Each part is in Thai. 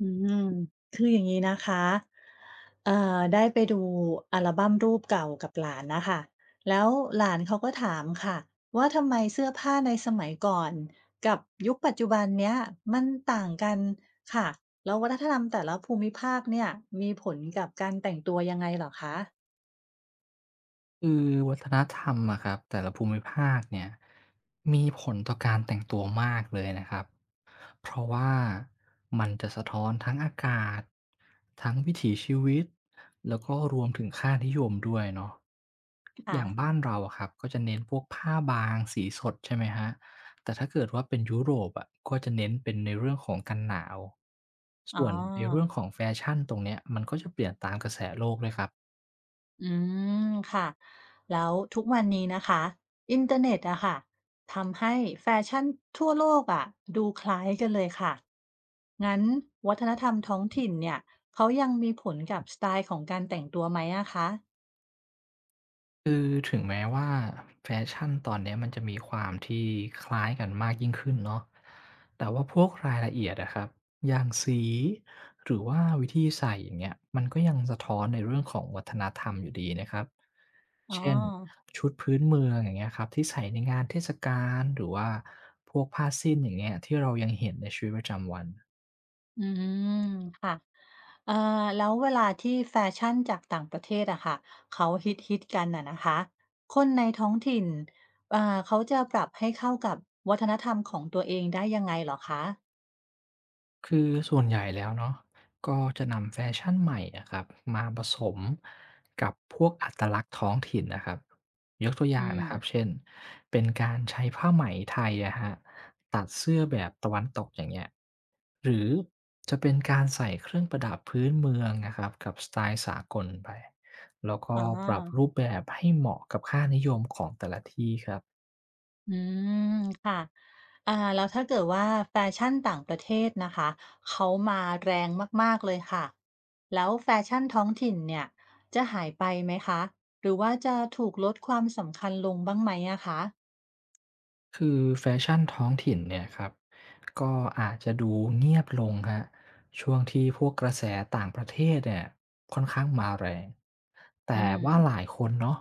อืมคืออย่างนี้นะคะได้ไปดูอัลบั้มรูปเก่ากับหลานนะคะ แล้วหลานเขาก็ถามค่ะว่าทำไมเสื้อผ้าในสมัยก่อนกับยุคปัจจุบันเนี้ยมันต่างกันค่ะแล้ววัฒนธรรมแต่ละภูมิภาคเนี่ยมีผลกับการแต่งตัวยังไงเหรอคะคือวัฒนธรรมอะครับแต่ละภูมิภาคเนี่ยมีผลต่อการแต่งตัวมากเลยนะครับเพราะว่ามันจะสะท้อนทั้งอากาศทั้งวิถีชีวิตแล้วก็รวมถึงค่านิยมด้วยเนาะอค่ะย่างบ้านเราอะครับก็จะเน้นพวกผ้าบางสีสดใช่ไหมฮะแต่ถ้าเกิดว่าเป็นยุโรปอะก็จะเน้นเป็นในเรื่องของกันหนาวอ๋ส่วนในเรื่องอ ของแฟชั่นตรงเนี้ยมันก็จะเปลี่ยนตามกระแสโลกเ้ยครับ อืมค่ะแล้วทุกวันนี้นะคะอินเทอร์เน็ตอะค่ะทำให้แฟชั่นทั่วโลกอะดูคล้ายกันเลยค่ะงั้นวัฒนธรรมท้องถิ่นเนี่ยเขายังมีผลกับสไตล์ของการแต่งตัวไหมอะคะคือถึงแม้ว่าแฟชั่นตอนเนี้ยมันจะมีความที่คล้ายกันมากยิ่งขึ้นเนาะแต่ว่าพวกรายละเอียดอะครับอย่างสีหรือว่าวิธีใส่อย่างเงี้ยมันก็ยังสะท้อนในเรื่องของวัฒนธรรมอยู่ดีนะครับ อ๋อเช่นชุดพื้นเมืองอย่างเงี้ยครับที่ใส่ในงานเทศกาลหรือว่าพวกผ้าสิ้นอย่างเงี้ยที่เรายังเห็นในชีวิตประจำวัน อืมค่ะเอ่อแล้วเวลาที่แฟชั่นจากต่างประเทศอะค่ะเขาฮิตกันอะนะคะคนในท้องถิ่นอ่าเขาจะปรับให้เข้ากับวัฒนธรรมของตัวเองได้ยังไงเหรอคะคือส่วนใหญ่แล้วเนาะก็จะนำแฟชั่นใหม่อะครับมาผสมกับพวกอัตลักษณ์ท้องถิ่นนะครับยกตัวออืย่างนะครับม เช่นเป็นการใช้ผ้าไหมไทยอะฮะตัดเสื้อแบบตะวันตกอย่างเงี้ยหรือจะเป็นการใส่เครื่องประดับพื้นเมืองนะครับกับสไตล์สากลไปแล้วก็อ๋อปรับรูปแบบให้เหมาะกับค่านิยมของแต่ละที่ครับ อืม ค่ะอ่าแล้วถ้าเกิดว่าแฟชั่นต่างประเทศนะคะ เขามาแรงมากๆเลยค่ะ แล้วแฟชั่นท้องถิ่นเนี่ย จะหายไปไหมคะ หรือว่าจะถูกลดความสำคัญลงบ้างไหมอะคะคือแฟชั่นท้องถิ่นเนี่ยครับก็อาจจะดูเงียบลงครับช่วงที่พวกกระแสต่างประเทศเนี่ยค่อนข้างมาแรงอืแต่ว่าหลามยคนเนาะ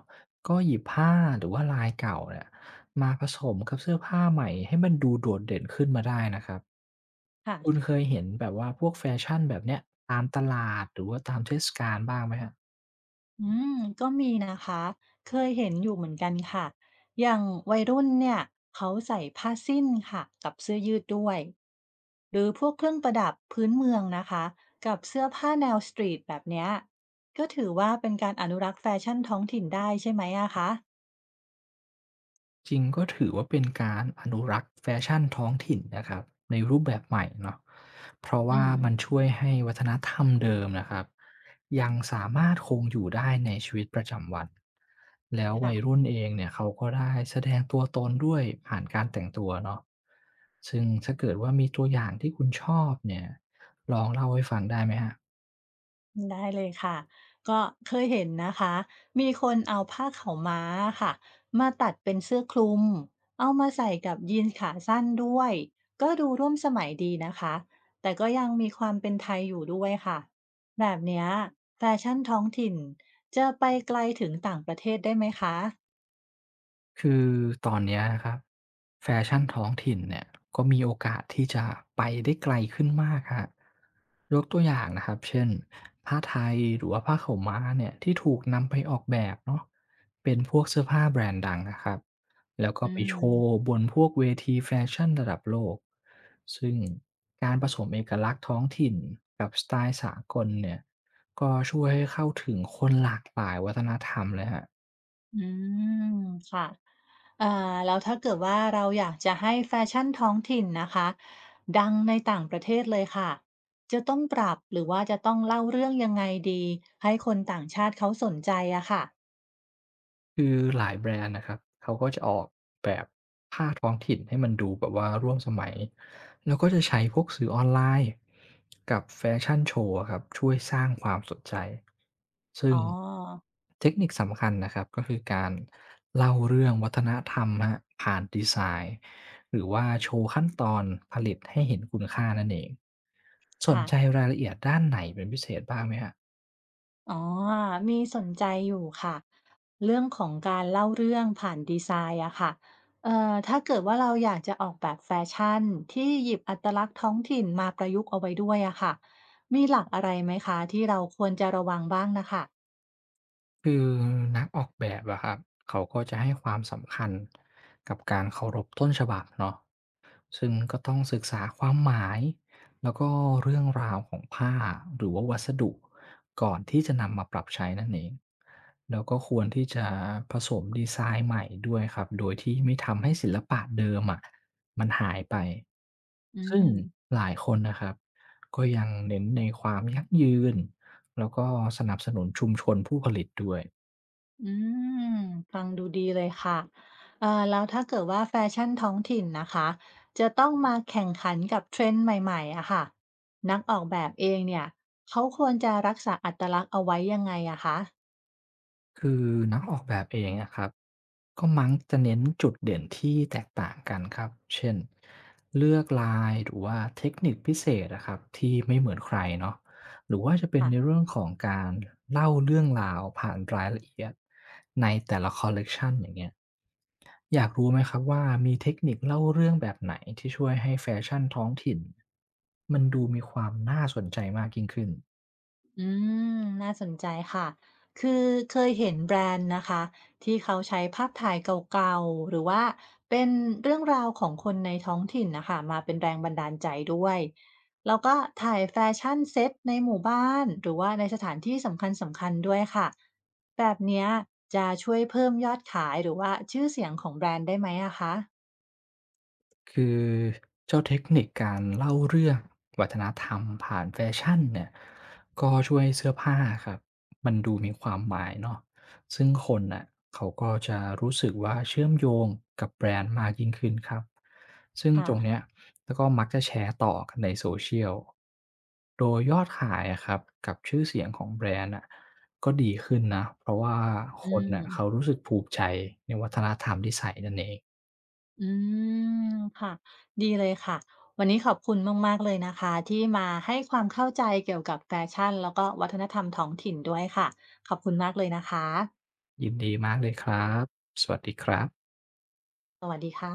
ก็หยิบผ้าหรือว่าลายเก่าเนี่ยมาผสมกับเสื้อผ้าใหม่ให้มันดูโดดเด่นขึ้นมาได้นะครับค่ะ คุณเคยเห็นแบบว่าพวกแฟชั่นแบบเนี้ยตามตลาดหรือว่าตามเทศกาลบ้างไหมฮะ อืมก็มีนะคะ เคยเห็นอยู่เหมือนกันค่ะ อย่างวัยรุ่นเนี่ยเขาใส่ผ้าสิ้นค่ะกับเสื้อยืดด้วย หรือพวกเครื่องประดับพื้นเมืองนะคะกับเสื้อผ้าแนวสตรีทแบบเนี้ยก็ถือว่าเป็นการอนุรักษ์แฟชั่นท้องถิ่นได้ใช่ไหมอะคะจริงก็ถือว่าเป็นการอนุรักษ์แฟชั่นท้องถิ่นนะครับในรูปแบบใหม่เนาะเพราะอืว่ามมันช่วยให้วัฒนธรรมเดิมนะครับยังสามารถคงอยู่ได้ในชีวิตประจำวันแล้วค่ะ วัยรุ่นเองเนี่ยเขาก็ได้แสดงตัวตนด้วยผ่านการแต่งตัวเนาะซึ่งถ้าเกิดว่ามีตัวอย่างที่คุณชอบเนี่ยลองเล่าให้ฟังได้ไหมฮะ ได้เลยค่ะก็เคยเห็นนะคะมีคนเอาผ้าขาวม้าค่ะมาตัดเป็นเสื้อคลุมเอามาใส่กับยีนส์ขาสั้นด้วยก็ดูร่วมสมัยดีนะคะแต่ก็ยังมีความเป็นไทยอยู่ด้วยค่ะแบบเนี้ยแฟชั่นท้องถิ่นจะไปไกลถึงต่างประเทศได้ไหมคะคือตอนเนี้ยครับแฟชั่นท้องถิ่นเนี่ยก็มีโอกาสที่จะไปได้ไกลขึ้นมากครับยกตัวอย่างนะครับเช่นผ้าไทยหรือว่าผ้าขาวม้าเนี่ยที่ถูกนำไปออกแบบเนาะเป็นพวกเสื้อผ้าแบรนด์ดังนะครับแล้วก็อืไปม โชว์บนพวกเวทีแฟชั่นระดับโลกซึ่งการผสมเอกลักษณ์ท้องถิ่นกับสไตล์สากลเนี่ยก็ช่วยให้เข้าถึงคนหลากหลายวัฒนธรรมเลยครับ อืมค่ะอ่าแล้วถ้าเกิดว่าเราอยากจะให้แฟชั่นท้องถิ่นนะคะดังในต่างประเทศเลยค่ะจะต้องปรับหรือว่าจะต้องเล่าเรื่องยังไงดีให้คนต่างชาติเขาสนใจอะค่ะคือหลายแบรนด์นะครับเขาก็จะออกแบบผ้าท้องถิ่นให้มันดูแบบว่าร่วมสมัยแล้วก็จะใช้พวกสื่อออนไลน์กับแฟชั่นโชว์อะครับช่วยสร้างความสนใจซึ่อ๋งอเทคนิคสำคัญนะครับก็คือการเล่าเรื่องวัฒนธรรมฮะผ่านดีไซน์หรือว่าโชว์ขั้นตอนผลิตให้เห็นคุณค่านั่นเองสนค่ะ ใจรายละเอียดด้านไหนเป็นพิเศษบ้างไหมฮะ อ๋อ มีสนใจอยู่ค่ะ เรื่องของการเล่าเรื่องผ่านดีไซน์อะค่ะ ถ้าเกิดว่าเราอยากจะออกแบบแฟชั่นที่หยิบอัตลักษณ์ท้องถิ่นมาประยุกต์เอาไว้ด้วยอะค่ะ มีหลักอะไรไหมคะที่เราควรจะระวังบ้างนะคะคือนักออกแบบอะครับเขาก็จะให้ความสำคัญกับการเคารพต้นฉบับเนาะซึ่งก็ต้องศึกษาความหมายแล้วก็เรื่องราวของผ้าหรือว่าวัสดุก่อนที่จะนำมาปรับใช้นั่นเองแล้วก็ควรที่จะผสมดีไซน์ใหม่ด้วยครับโดยที่ไม่ทำให้ศิลปะเดิมอะมันหายไปอืซึ่งม หลายคนนะครับก็ยังเน้นในความยั่งยืนแล้วก็สนับสนุนชุมชนผู้ผลิตด้วย อืมฟังดูดีเลยค่ะแล้วถ้าเกิดว่าแฟชั่นท้องถิ่นนะคะจะต้องมาแข่งขันกับเทรนด์ใหม่ๆอะค่ะนักออกแบบเองเนี่ยเขาควรจะรักษาอัตลักษณ์เอาไว้ยังไงอะคะ คือนักออกแบบเองนะครับก็มักจะเน้นจุดเด่นที่แตกต่างกันครับเช่นเลือกลายหรือว่าเทคนิคพิเศษนะครับที่ไม่เหมือนใครเนาะหรือว่าจะเป็นในเรื่องของการเล่าเรื่องราวผ่านรายละเอียดในแต่ละคอลเลกชันอย่างเงี้ยอยากรู้ไหมครับว่ามีเทคนิคเล่าเรื่องแบบไหนที่ช่วยให้แฟชั่นท้องถิ่นมันดูมีความน่าสนใจมากยิ่งขึ้น อืมน่าสนใจค่ะคือเคยเห็นแบรนด์นะคะที่เขาใช้ภาพถ่ายเก่าๆหรือว่าเป็นเรื่องราวของคนในท้องถิ่นนะคะมาเป็นแรงบันดาลใจด้วยแล้วก็ถ่ายแฟชั่นเซ็ตในหมู่บ้านหรือว่าในสถานที่สำคัญสำคัญด้วยค่ะแบบเนี้ยจะช่วยเพิ่มยอดขายหรือว่าชื่อเสียงของแบรนด์ได้ไหมอะคะคือเจ้าเทคนิคการเล่าเรื่องวัฒนธรรมผ่านแฟชั่นเนี่ยก็ช่วยให้เสื้อผ้าครับมันดูมีความหมายเนาะซึ่งคนน่ะเขาก็จะรู้สึกว่าเชื่อมโยงกับแบรนด์มากยิ่งขึ้นครับซึ่งค่ะตรงเนี้ยแล้วก็มักจะแชร์ต่อกันในโซเชียลโดยยอดขายอะครับกับชื่อเสียงของแบรนด์อะก็ดีขึ้นนะเพราะว่าคอืนม น่ะเขารู้สึกผูกใจในวัฒนธรรมที่ใส่นั่นเอง อืมค่ะดีเลยค่ะวันนี้ขอบคุณมากๆเลยนะคะที่มาให้ความเข้าใจเกี่ยวกับแฟชั่นแล้วก็วัฒนธรรมท้องถิ่นด้วยค่ะขอบคุณมากเลยนะคะยินดีมากเลยครับ สวัสดีครับสวัสดีค่ะ